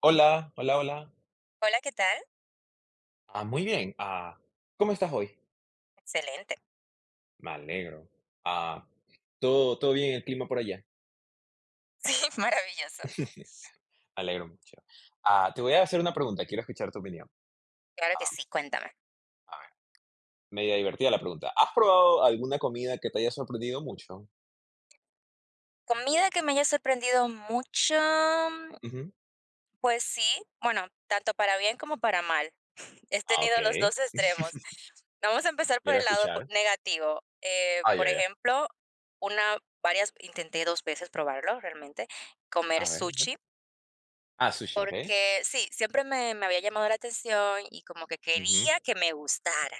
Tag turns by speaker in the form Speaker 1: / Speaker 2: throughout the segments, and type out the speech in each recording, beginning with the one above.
Speaker 1: Hola, hola, hola.
Speaker 2: Hola, ¿qué tal?
Speaker 1: Ah, muy bien. Ah, ¿cómo estás hoy?
Speaker 2: Excelente.
Speaker 1: Me alegro. Ah, ¿todo bien el clima por allá?
Speaker 2: Sí, maravilloso.
Speaker 1: Me alegro mucho. Ah, te voy a hacer una pregunta, quiero escuchar tu opinión.
Speaker 2: Claro que
Speaker 1: Ah,
Speaker 2: sí, cuéntame.
Speaker 1: a ver, media divertida la pregunta. ¿Has probado alguna comida que te haya sorprendido mucho?
Speaker 2: Comida que me haya sorprendido mucho, mm,
Speaker 1: Ujú.
Speaker 2: pues sí, bueno, tanto para bien como para mal. He
Speaker 1: Ah, ok,
Speaker 2: tenido los dos extremos. Vamos a empezar por
Speaker 1: quiero
Speaker 2: el lado
Speaker 1: escuchar.
Speaker 2: negativo.
Speaker 1: Ah,
Speaker 2: Por
Speaker 1: ya, ya.
Speaker 2: ejemplo, una, varias, intenté dos veces probarlo realmente, comer
Speaker 1: A ver.
Speaker 2: sushi,
Speaker 1: Ah, sushi, ok.
Speaker 2: porque sí, siempre me había llamado la atención y como que
Speaker 1: Ujú.
Speaker 2: quería que me gustara.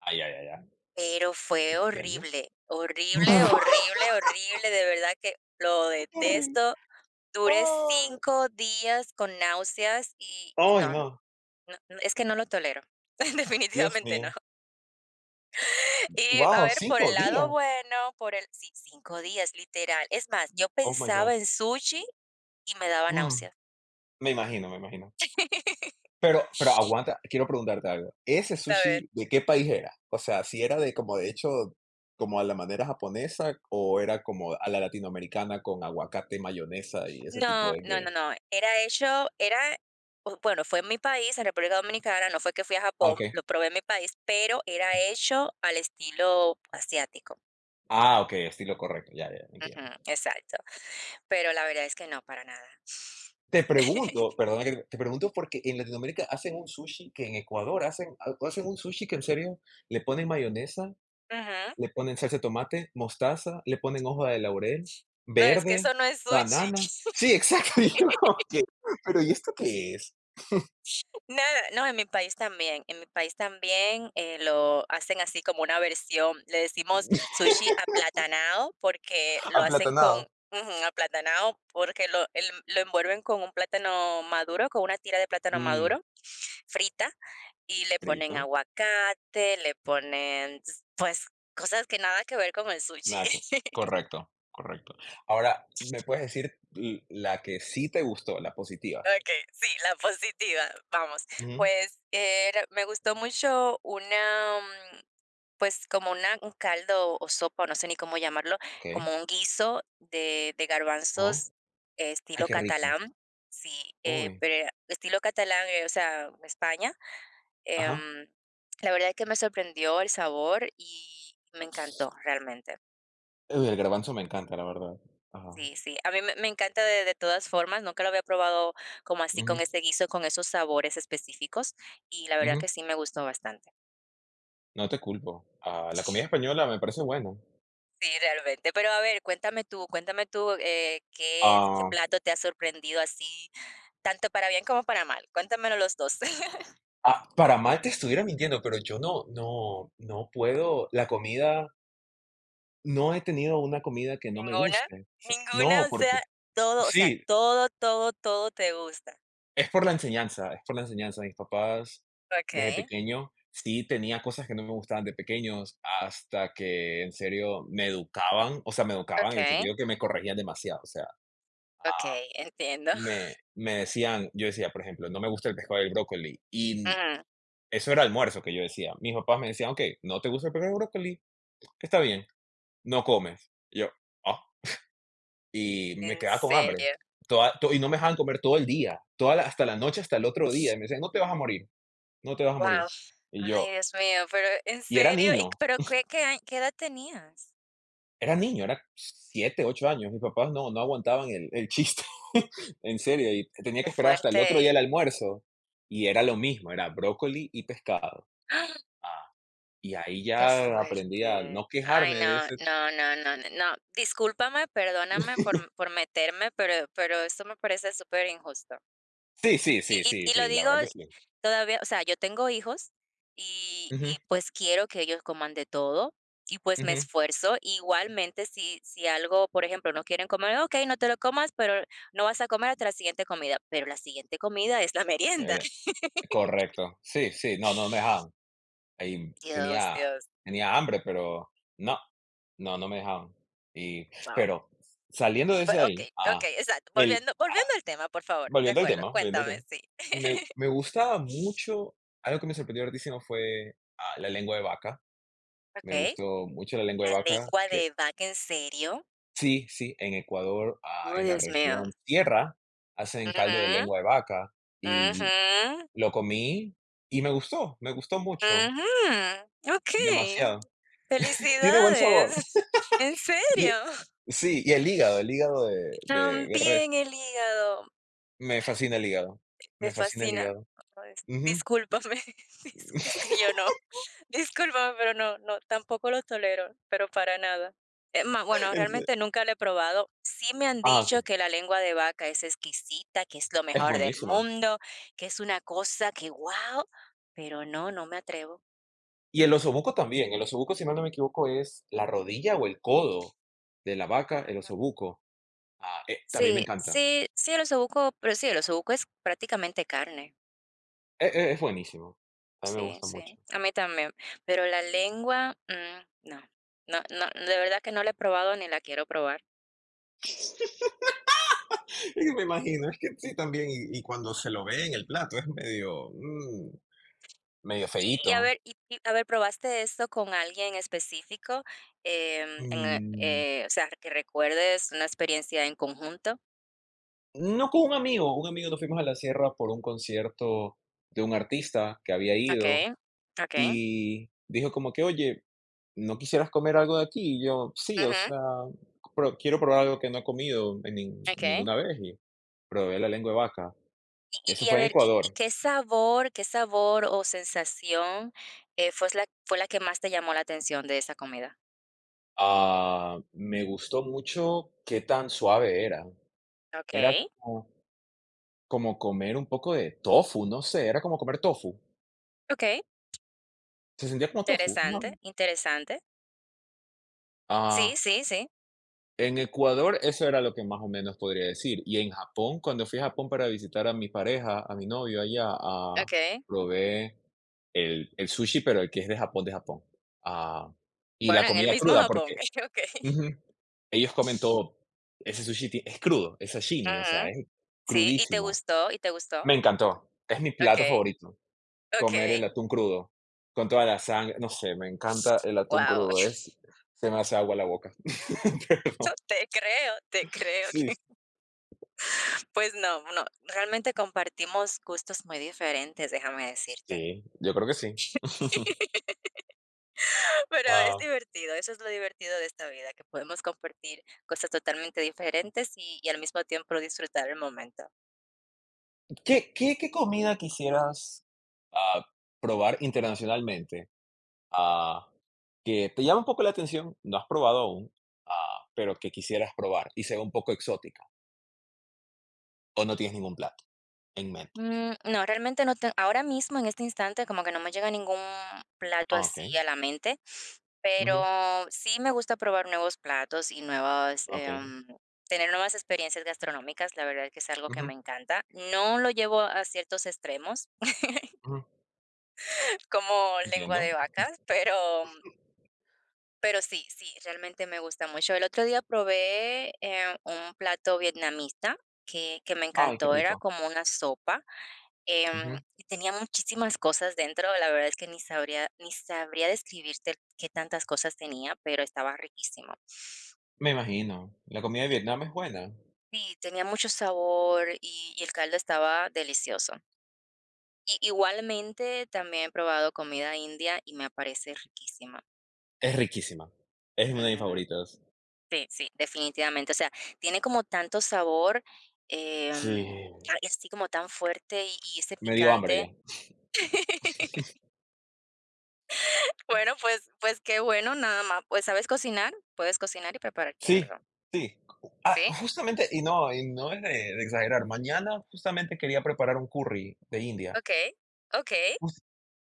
Speaker 1: Ah, ya, ya, ya.
Speaker 2: Pero fue
Speaker 1: Entiendo.
Speaker 2: horrible, horrible, horrible, horrible, de verdad que lo
Speaker 1: ¡Qué horrible!
Speaker 2: detesto. Duré
Speaker 1: ¡Ay!
Speaker 2: 5 días con náuseas y
Speaker 1: ¡Ay,
Speaker 2: no, no,
Speaker 1: no!
Speaker 2: no, es que no lo tolero,
Speaker 1: Dios
Speaker 2: definitivamente no.
Speaker 1: mío.
Speaker 2: Y a
Speaker 1: ¡Wow!
Speaker 2: ver, por el
Speaker 1: Cinco
Speaker 2: lado
Speaker 1: días.
Speaker 2: bueno, por el sí, 5 días, literal. Es más, yo
Speaker 1: Oh my God.
Speaker 2: pensaba en sushi y me daba
Speaker 1: Mm,
Speaker 2: náuseas.
Speaker 1: Me imagino, me imagino. Pero aguanta, quiero preguntarte algo. ¿Ese
Speaker 2: A ver.
Speaker 1: sushi de qué país era? O sea, si era de como de hecho, como a la manera japonesa o era como a la latinoamericana con aguacate, mayonesa y ese tipo
Speaker 2: No,
Speaker 1: de...
Speaker 2: no, no,
Speaker 1: de-
Speaker 2: no. Era hecho, era, bueno, fue en mi país, en República Dominicana, no fue que fui a
Speaker 1: Ah, ok.
Speaker 2: Japón, lo probé en mi país, pero era hecho al estilo asiático.
Speaker 1: Ah, ok, estilo correcto. Ya, ya,
Speaker 2: Ujú,
Speaker 1: entiendo.
Speaker 2: exacto. Pero la verdad es que no, para nada.
Speaker 1: Te pregunto, perdona que te pregunto porque en Latinoamérica hacen un sushi que en Ecuador hacen, hacen un sushi que en serio le ponen mayonesa.
Speaker 2: Ujú.
Speaker 1: Le ponen salsa de tomate, mostaza, le ponen hoja de laurel,
Speaker 2: No, es que eso
Speaker 1: verde,
Speaker 2: no es sushi.
Speaker 1: banana. Sí, exacto. Y yo como pero ¿y esto qué es?
Speaker 2: Nada, no, en mi país también, en mi país también, lo hacen así como una versión, le decimos sushi aplatanado porque lo hacen con
Speaker 1: Aplatanado.
Speaker 2: ujú, aplatanado, porque lo, lo envuelven con un plátano maduro, con una tira de plátano
Speaker 1: Mm,
Speaker 2: maduro frita y le ponen
Speaker 1: frito.
Speaker 2: aguacate, le ponen pues cosas que nada que ver con el sushi.
Speaker 1: Nada que correcto, correcto. Ahora, ¿me puedes decir l la que sí te gustó, la positiva?
Speaker 2: Ok, sí, la positiva, vamos.
Speaker 1: Ujú.
Speaker 2: Pues me gustó mucho una, pues, como una un caldo o sopa, o no sé ni cómo llamarlo,
Speaker 1: Okey.
Speaker 2: como un guiso de
Speaker 1: Ujú.
Speaker 2: garbanzos,
Speaker 1: Ay,
Speaker 2: estilo
Speaker 1: qué rico.
Speaker 2: catalán, sí,
Speaker 1: Uy.
Speaker 2: pero era estilo catalán, o sea, España,
Speaker 1: Ajá.
Speaker 2: em, la verdad es que me sorprendió el sabor y me encantó realmente.
Speaker 1: Uy, el garbanzo me encanta, la verdad. Ajá.
Speaker 2: Sí, sí, a mí me encanta de todas formas, nunca lo había probado como así con
Speaker 1: Ujú,
Speaker 2: ese guiso, con esos sabores específicos, y la verdad
Speaker 1: ujú.
Speaker 2: que sí me gustó bastante.
Speaker 1: No te culpo. Ah, la comida española me parece buena.
Speaker 2: Sí, realmente. Pero a ver, cuéntame tú, ¿qué
Speaker 1: Ah.
Speaker 2: plato te ha sorprendido así, tanto para bien como para mal? Cuéntamelo los dos.
Speaker 1: Ah, para mal te estuviera mintiendo, pero yo no, no, no puedo. La comida, no he tenido una comida que no me
Speaker 2: ¿Ninguna?
Speaker 1: guste. O sea,
Speaker 2: ¿Ninguna?
Speaker 1: no, porque
Speaker 2: O sea,
Speaker 1: sí,
Speaker 2: todo, todo, todo te gusta.
Speaker 1: es por la enseñanza, es por la enseñanza. Mis papás, desde
Speaker 2: Okey,
Speaker 1: pequeño, sí tenía cosas que no me gustaban de pequeños, hasta que en serio me educaban, o sea, me educaban en el
Speaker 2: okey,
Speaker 1: sentido que me corregían demasiado. O sea,
Speaker 2: okey, entiendo.
Speaker 1: me decían, yo decía, por ejemplo, no me gusta el pescado y el brócoli. Y
Speaker 2: Ujú.
Speaker 1: eso era almuerzo que yo decía. Mis papás me decían, ok, no te gusta el pescado y el brócoli, está bien. No comes. Y yo, ah, y me
Speaker 2: ¿En
Speaker 1: quedaba con hambre.
Speaker 2: serio?
Speaker 1: Toda, y no me dejaban comer todo el día, toda hasta la noche, hasta el otro día. Y me decían, no te vas a morir, no te vas a
Speaker 2: Wow.
Speaker 1: morir. Y
Speaker 2: Ay,
Speaker 1: yo,
Speaker 2: Dios mío, pero, ¿en
Speaker 1: y era
Speaker 2: serio? ¿Y
Speaker 1: niño,
Speaker 2: pero qué a qué edad tenías?
Speaker 1: era niño, era 7, 8 años. Mis papás no aguantaban el chiste, en serio. Y tenía
Speaker 2: Qué
Speaker 1: que esperar hasta el otro
Speaker 2: fuerte.
Speaker 1: día el almuerzo. Y era lo mismo, era brócoli y pescado. Ah, y ahí
Speaker 2: Qué
Speaker 1: ya aprendí a
Speaker 2: fuerte.
Speaker 1: no
Speaker 2: Ay,
Speaker 1: quejarme de
Speaker 2: no,
Speaker 1: ese.
Speaker 2: no, no, no, no. No. Discúlpame, perdóname por meterme, pero esto me parece súper injusto.
Speaker 1: Sí, sí,
Speaker 2: Y,
Speaker 1: sí,
Speaker 2: y,
Speaker 1: sí,
Speaker 2: y lo
Speaker 1: sí, la
Speaker 2: digo
Speaker 1: verdad que sí.
Speaker 2: todavía, o sea, yo tengo hijos y
Speaker 1: Ujú,
Speaker 2: pues quiero que ellos coman de todo y pues me
Speaker 1: ujú.
Speaker 2: esfuerzo. Igualmente, si algo, por ejemplo, no quieren comer, ok, no te lo comas, pero no vas a comer hasta la siguiente comida. Pero la siguiente comida es la merienda.
Speaker 1: Era- Correcto. Sí, sí, no, no me dejaban. Ahí
Speaker 2: Dios,
Speaker 1: tenía
Speaker 2: Dios.
Speaker 1: hambre, pero no, no, no me dejaban. Y
Speaker 2: Wow.
Speaker 1: pero saliendo de
Speaker 2: Bue
Speaker 1: ese
Speaker 2: ok,
Speaker 1: ahí, ah,
Speaker 2: okey, exacto.
Speaker 1: el
Speaker 2: Volviendo al tema, por favor. De acuerdo,
Speaker 1: volviendo al
Speaker 2: cuéntame,
Speaker 1: tema,
Speaker 2: sí.
Speaker 1: me gustaba mucho algo que me sorprendió hartísimo fue, ah, la lengua de vaca. Me
Speaker 2: Ok.
Speaker 1: gustó mucho la lengua de
Speaker 2: La
Speaker 1: vaca
Speaker 2: lengua
Speaker 1: que
Speaker 2: de vaca, ¿en serio?
Speaker 1: sí, sí, en Ecuador, ah,
Speaker 2: Oh,
Speaker 1: en la
Speaker 2: Dios mío.
Speaker 1: región sierra, hacen caldo de
Speaker 2: Ujú,
Speaker 1: lengua de vaca, y
Speaker 2: ujú,
Speaker 1: lo comí y me gustó mucho,
Speaker 2: ujú. Ok.
Speaker 1: demasiado. Tiene buen sabor.
Speaker 2: Felicidades. ¿En
Speaker 1: Y,
Speaker 2: serio?
Speaker 1: sí, y el hígado de
Speaker 2: También
Speaker 1: res.
Speaker 2: el hígado.
Speaker 1: Me fascina el hígado.
Speaker 2: Me
Speaker 1: Me fascina el
Speaker 2: fascina.
Speaker 1: hígado.
Speaker 2: Ay,
Speaker 1: Ujú.
Speaker 2: discúlpame, es es que yo no. Discúlpame, pero no, no, tampoco lo tolero, pero para nada. Es más, bueno,
Speaker 1: Ence
Speaker 2: realmente nunca lo he probado. Sí me han
Speaker 1: ah, okey.
Speaker 2: dicho que la lengua de vaca es exquisita, que es lo
Speaker 1: Es
Speaker 2: mejor del
Speaker 1: buenísima.
Speaker 2: mundo, que es una cosa que wow. Pero no, no me atrevo.
Speaker 1: Y el osobuco también. El osobuco, si mal no me equivoco, es la rodilla o el codo de la vaca, el
Speaker 2: Ah,
Speaker 1: osobuco. Ah, también me
Speaker 2: sí,
Speaker 1: encanta.
Speaker 2: sí, sí, el osobuco, pero sí, el osobuco es prácticamente carne.
Speaker 1: Es buenísimo. A mí me
Speaker 2: Sí,
Speaker 1: gusta
Speaker 2: sí,
Speaker 1: mucho.
Speaker 2: a mí también, pero la lengua, no, no no, de verdad que no la he probado ni la quiero probar.
Speaker 1: Es que me imagino, es que sí también, y cuando se lo ve en el plato es medio, medio
Speaker 2: Y y a
Speaker 1: feíto.
Speaker 2: ver y y a ver, ¿probaste esto con alguien específico?
Speaker 1: Mm.
Speaker 2: O sea, que recuerdes una experiencia en conjunto.
Speaker 1: No con un amigo nos fuimos a la sierra por un concierto de un artista que había ido
Speaker 2: Okay, okay,
Speaker 1: y dijo como que, oye, ¿no quisieras comer algo de aquí? Y yo, sí, o
Speaker 2: Ujú,
Speaker 1: sea, quiero probar algo que no he comido en
Speaker 2: okey.
Speaker 1: ninguna vez y probé la lengua de vaca. Eso
Speaker 2: A
Speaker 1: fue en
Speaker 2: ver, y
Speaker 1: Ecuador.
Speaker 2: qué sabor o sensación, fue la que más te llamó la atención de esa comida?
Speaker 1: Ah, me gustó mucho qué tan suave era. Era
Speaker 2: Okay,
Speaker 1: como, como comer un poco de tofu, no sé, era como comer tofu.
Speaker 2: okay.
Speaker 1: Se sentía como tofu.
Speaker 2: Interesante, interesante. Sí,
Speaker 1: Ajá.
Speaker 2: sí, sí,
Speaker 1: En Ecuador eso era lo que más o menos podría decir. Y en Japón, cuando fui a Japón para visitar a mi pareja, a mi novio allá, ah,
Speaker 2: okey.
Speaker 1: probé el sushi, pero el que es de Japón, de Japón. Ah, y la
Speaker 2: Bueno, en el
Speaker 1: comida
Speaker 2: mismo
Speaker 1: cruda,
Speaker 2: Japón,
Speaker 1: porque
Speaker 2: okey.
Speaker 1: ujú, ellos comen todo. Ese sushi es crudo, es sashimi, o sea,
Speaker 2: Ujú,
Speaker 1: es
Speaker 2: sí, ¿y te
Speaker 1: crudísimo.
Speaker 2: gustó? ¿Y te gustó?
Speaker 1: Me encantó. Es mi plato
Speaker 2: Okey,
Speaker 1: favorito,
Speaker 2: okey,
Speaker 1: comer el atún crudo, con toda la sangre. No sé, me encanta el atún
Speaker 2: Wow.
Speaker 1: crudo. Es, se me hace agua la boca. Pero,
Speaker 2: Te creo, te creo.
Speaker 1: sí,
Speaker 2: Pues no, no, realmente compartimos gustos muy diferentes, déjame decirte.
Speaker 1: sí, yo creo que sí.
Speaker 2: Pero es
Speaker 1: Ah,
Speaker 2: divertido, eso es lo divertido de esta vida, que podemos compartir cosas totalmente diferentes y al mismo tiempo disfrutar el momento.
Speaker 1: ¿qué comida quisieras, ah, probar internacionalmente? Ah, que te llama un poco la atención, no has probado aún, ah, pero que quisieras probar y sea un poco exótica, ¿o no tienes ningún plato en mente?
Speaker 2: No, realmente no te ahora mismo en este instante como que no me llega ningún plato
Speaker 1: Ah,
Speaker 2: así
Speaker 1: okey.
Speaker 2: a la mente,
Speaker 1: Ujú.
Speaker 2: pero sí me gusta probar nuevos platos y nuevas,
Speaker 1: Okey.
Speaker 2: tener nuevas experiencias gastronómicas, la verdad es que es algo que
Speaker 1: Ujú,
Speaker 2: me encanta. No lo llevo a ciertos extremos
Speaker 1: ujú.
Speaker 2: como lengua
Speaker 1: Entiendo.
Speaker 2: de vacas, pero sí, sí, realmente me gusta mucho. El otro día probé, un plato vietnamita que me
Speaker 1: Ay, qué
Speaker 2: encantó, era
Speaker 1: rico.
Speaker 2: como una sopa,
Speaker 1: Ujú.
Speaker 2: y tenía muchísimas cosas dentro, la verdad es que ni sabría ni sabría describirte qué tantas cosas tenía, pero estaba riquísimo.
Speaker 1: Me imagino. La comida de
Speaker 2: Y
Speaker 1: Vietnam es buena.
Speaker 2: sí, tenía mucho sabor y el caldo estaba delicioso. Y igualmente, también he probado comida india y me parece riquísima.
Speaker 1: Es riquísima. Es una de mis
Speaker 2: Ujú.
Speaker 1: favoritas.
Speaker 2: Sí, sí, definitivamente. O sea, tiene como tanto sabor,
Speaker 1: Sí,
Speaker 2: em, así como tan fuerte y ese
Speaker 1: me dio hambre
Speaker 2: picante.
Speaker 1: ya.
Speaker 2: Bueno, pues, pues qué bueno, nada más. Pues sabes cocinar, puedes cocinar y prepararte
Speaker 1: Sí,
Speaker 2: algo.
Speaker 1: sí. Ah,
Speaker 2: Sí,
Speaker 1: justamente, y no es de exagerar, mañana justamente quería preparar un curry de India.
Speaker 2: ok, ok.
Speaker 1: Jus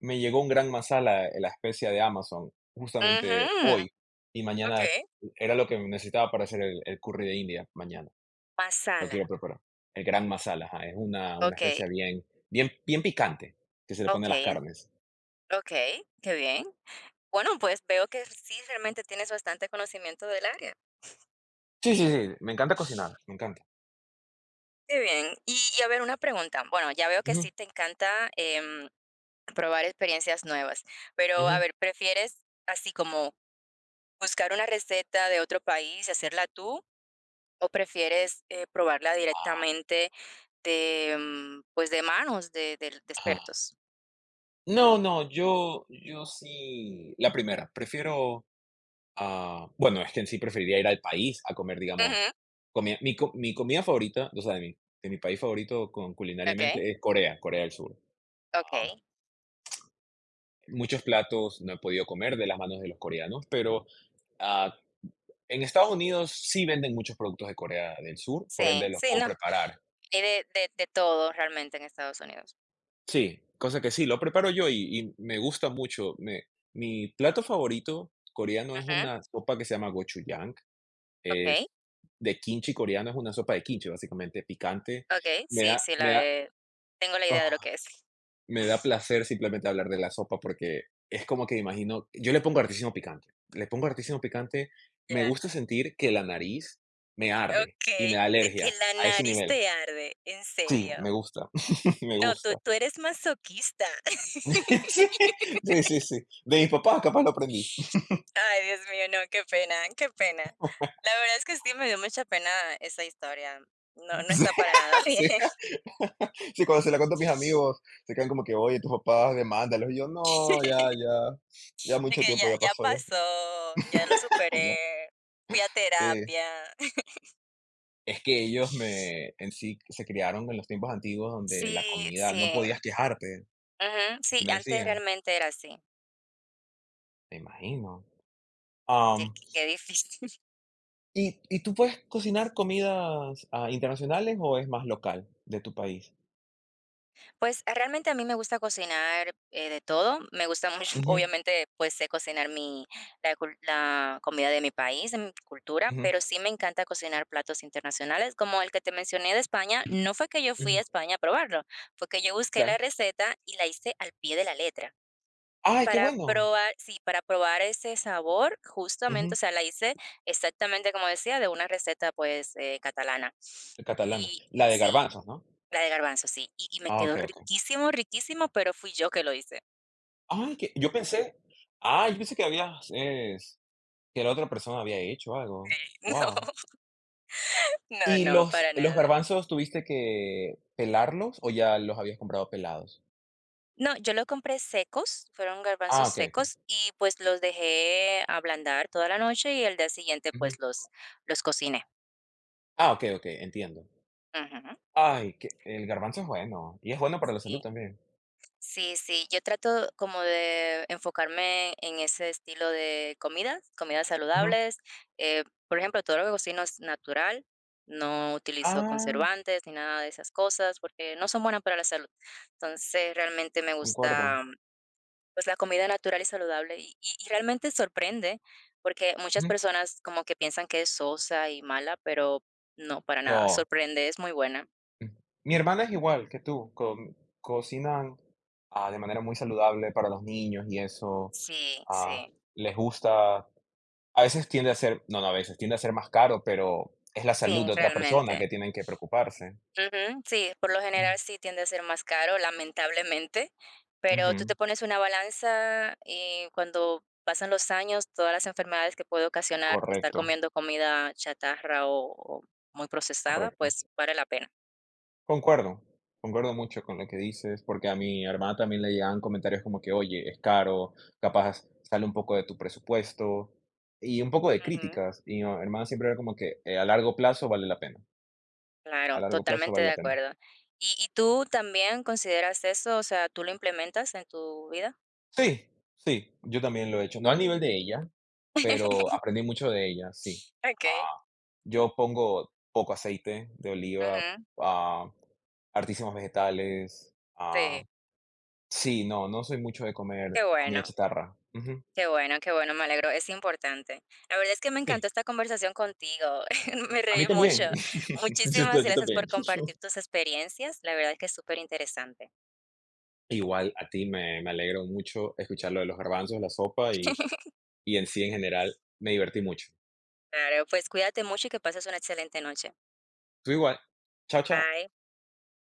Speaker 1: me llegó un gran masala, la especia de Amazon, justamente
Speaker 2: Ujú,
Speaker 1: hoy, y
Speaker 2: ok.
Speaker 1: mañana era lo que necesitaba para hacer el curry de India mañana, lo
Speaker 2: Masala.
Speaker 1: quiero preparar. El gran masala, ajá, es una
Speaker 2: Ok,
Speaker 1: especia bien bien bien picante que se le pone
Speaker 2: ok,
Speaker 1: a las
Speaker 2: en-
Speaker 1: carnes.
Speaker 2: ok, qué bien. Bueno, pues veo que sí realmente tienes bastante conocimiento del área.
Speaker 1: Sí, sí, sí, me encanta cocinar, me encanta.
Speaker 2: Qué bien. Y a ver, una pregunta. Bueno, ya veo que
Speaker 1: Ujú,
Speaker 2: sí te encanta. Probar experiencias nuevas. Pero, a
Speaker 1: ujú.
Speaker 2: ver, ¿prefieres así como buscar una receta de otro país y hacerla tú, o prefieres, probarla
Speaker 1: Ah,
Speaker 2: directamente de, pues, de manos de del de
Speaker 1: ajá.
Speaker 2: expertos?
Speaker 1: No, no, yo sí, la primera, prefiero, ah, bueno, es que en sí preferiría ir al país a comer, digamos,
Speaker 2: Ujú.
Speaker 1: comida mi comida favorita, o sea, de mi país favorito con
Speaker 2: Okey,
Speaker 1: culinariamente es Corea, Corea del Sur. Ah,
Speaker 2: okey.
Speaker 1: muchos platos no he podido comer de las manos de los coreanos, pero, ah, en Estados Unidos sí venden muchos productos de Corea del Sur, por ende
Speaker 2: Sí,
Speaker 1: los
Speaker 2: sí,
Speaker 1: puedo
Speaker 2: no.
Speaker 1: preparar.
Speaker 2: Hay de todo realmente en Estados Unidos.
Speaker 1: Sí, cosa que sí, lo preparo yo y me gusta mucho. Me mi plato favorito coreano es
Speaker 2: Ujú.
Speaker 1: una sopa que se llama gochujang.
Speaker 2: Okey,
Speaker 1: Es de kimchi coreano, es una sopa de kimchi, básicamente, picante.
Speaker 2: okey.
Speaker 1: Me
Speaker 2: Sí,
Speaker 1: da
Speaker 2: sí,
Speaker 1: me
Speaker 2: la
Speaker 1: da
Speaker 2: he tengo la idea de lo
Speaker 1: ah,
Speaker 2: que es.
Speaker 1: me da placer simplemente hablar de la sopa porque es como que imagino yo le pongo hartísimo picante, le pongo hartísimo picante. Me
Speaker 2: Ya.
Speaker 1: gusta sentir que la nariz me arde y
Speaker 2: Okey,
Speaker 1: me da
Speaker 2: te que
Speaker 1: alergia
Speaker 2: la
Speaker 1: a ese
Speaker 2: nariz te
Speaker 1: nivel.
Speaker 2: arde, ¿en
Speaker 1: Sí,
Speaker 2: serio?
Speaker 1: me gusta, me
Speaker 2: No,
Speaker 1: gusta.
Speaker 2: tú eres masoquista.
Speaker 1: Sí, sí, sí, sí. De mis papás capaz lo aprendí.
Speaker 2: Ay, Dios mío, no, qué pena, qué pena. La verdad es que sí me dio mucha pena esa historia. No, no está para nada bien.
Speaker 1: Sí, sí. Sí, cuando se la cuento a mis amigos, se quedan como que, oye, tus papás, demándalos. Y yo, no, ya, ya, ya
Speaker 2: De
Speaker 1: mucho
Speaker 2: que ya
Speaker 1: tiempo ya
Speaker 2: ya
Speaker 1: pasó, ya.
Speaker 2: pasó, ya lo
Speaker 1: ya".
Speaker 2: superé, fui a
Speaker 1: Sí.
Speaker 2: terapia.
Speaker 1: Es que ellos me, en sí, se criaron en los tiempos antiguos donde la
Speaker 2: Sí,
Speaker 1: comida
Speaker 2: sí,
Speaker 1: no podías quejarte,
Speaker 2: ujú,
Speaker 1: así
Speaker 2: sí,
Speaker 1: me
Speaker 2: antes
Speaker 1: decían.
Speaker 2: realmente era así.
Speaker 1: Me imagino. Am,
Speaker 2: Qué difícil.
Speaker 1: ¿y tú puedes cocinar comidas ah, internacionales o es más local de tu país?
Speaker 2: Pues, realmente a mí me gusta cocinar, de todo. Me gusta mucho,
Speaker 1: Ujú,
Speaker 2: obviamente, pues, sé cocinar mi la comida de mi país, de mi cultura,
Speaker 1: ujú,
Speaker 2: pero sí me encanta cocinar platos internacionales, como el que te mencioné de España. No fue que yo fui a
Speaker 1: ujú,
Speaker 2: España a probarlo, fue que yo busqué la
Speaker 1: claro.
Speaker 2: receta y la hice al pie de la letra.
Speaker 1: ¡Ay, qué
Speaker 2: Para
Speaker 1: bueno!
Speaker 2: probar sí, para probar ese sabor, justamente, o
Speaker 1: Ujú,
Speaker 2: sea, la hice exactamente como decía, de una receta, pues, catalana.
Speaker 1: de catalana.
Speaker 2: Y
Speaker 1: La de
Speaker 2: sí,
Speaker 1: garbanzos, ¿no?
Speaker 2: la de garbanzo, sí, y me
Speaker 1: Ah,
Speaker 2: quedó
Speaker 1: ok, ok.
Speaker 2: riquísimo, riquísimo, pero fui yo que lo hice.
Speaker 1: Ay, que yo pensé que habías es que la otra persona había hecho
Speaker 2: Sí,
Speaker 1: algo. Guau.
Speaker 2: no, no,
Speaker 1: ¿Y
Speaker 2: no,
Speaker 1: los
Speaker 2: para
Speaker 1: los
Speaker 2: nada.
Speaker 1: garbanzos tuviste que pelarlos o ya los habías comprado pelados?
Speaker 2: No, yo lo compré secos, fueron
Speaker 1: Ah,
Speaker 2: garbanzos
Speaker 1: okey, okey.
Speaker 2: secos y, pues, los dejé ablandar toda la noche y el día siguiente, pues,
Speaker 1: Ujú.
Speaker 2: los cociné.
Speaker 1: Ah, okey, okey, entiendo.
Speaker 2: Ujú,
Speaker 1: Ay, que el garbanzo es bueno, y es bueno para la salud
Speaker 2: sí.
Speaker 1: también.
Speaker 2: Sí, sí, yo trato como de enfocarme en ese estilo de comidas, comidas
Speaker 1: Ujú.
Speaker 2: saludables. Por ejemplo, todo lo que cocino es natural, no utilizo
Speaker 1: Ah,
Speaker 2: conservantes ni nada de esas cosas porque no son buenas para la salud. Entonces, realmente me
Speaker 1: concuerdo.
Speaker 2: gusta pues la comida natural y saludable y realmente sorprende porque muchas
Speaker 1: Ujú.
Speaker 2: personas como que piensan que es sosa y mala, pero no, para nada,
Speaker 1: No.
Speaker 2: sorprende, es muy buena.
Speaker 1: Mm. Mi hermana es igual que tú, con cocinan, ah, de manera muy saludable para los niños y eso,
Speaker 2: Sí, sí,
Speaker 1: ah, les gusta. A veces tiende a ser, no, no, a veces tiende a ser más caro, pero es la salud
Speaker 2: sí,
Speaker 1: de otra persona
Speaker 2: realmente.
Speaker 1: que tienen que preocuparse.
Speaker 2: Ujú, sí, por lo
Speaker 1: Mm,
Speaker 2: general sí tiende a ser más caro, lamentablemente, pero tú te
Speaker 1: ujú,
Speaker 2: pones una balanza y cuando pasan los años, todas las enfermedades que puede ocasionar estar
Speaker 1: correcto,
Speaker 2: comiendo comida chatarra o muy procesada,
Speaker 1: correcto.
Speaker 2: pues vale la pena.
Speaker 1: Concuerdo, concuerdo mucho con lo que dices, porque a mi hermana también le llegaban comentarios como que, oye, es caro, capaz sale un poco de tu presupuesto y un poco de
Speaker 2: Ujú,
Speaker 1: críticas. Y mi hermana siempre era como que a largo plazo vale la pena, a
Speaker 2: Claro,
Speaker 1: largo plazo
Speaker 2: totalmente
Speaker 1: vale
Speaker 2: de
Speaker 1: la pena.
Speaker 2: acuerdo. Y tú también consideras eso? O sea, ¿tú lo implementas en tu vida?
Speaker 1: Sí, sí, yo también lo he hecho, no al nivel de ella, pero aprendí mucho de ella, sí.
Speaker 2: Ok.
Speaker 1: Yo pongo poco aceite de oliva,
Speaker 2: Ujú,
Speaker 1: ah, hartísimos vegetales,
Speaker 2: Sí,
Speaker 1: ah, sí, no, no soy mucho de comer
Speaker 2: qué
Speaker 1: comida
Speaker 2: bueno.
Speaker 1: chatarra. Ujú.
Speaker 2: Qué bueno, qué bueno, me alegro, es importante. La verdad es que me encantó
Speaker 1: Sí,
Speaker 2: esta conversación contigo, me
Speaker 1: a
Speaker 2: reí
Speaker 1: mí también.
Speaker 2: mucho.
Speaker 1: Yo ta
Speaker 2: Muchísimas
Speaker 1: yo
Speaker 2: gracias
Speaker 1: también.
Speaker 2: por compartir tus experiencias, la verdad es que es súper interesante.
Speaker 1: Igual a ti me alegro mucho escuchar lo de los garbanzos, la sopa y en sí en general me divertí mucho.
Speaker 2: Claro, pues cuídate mucho y que pases una excelente noche.
Speaker 1: Tú igual. Chao, chao.
Speaker 2: Bye.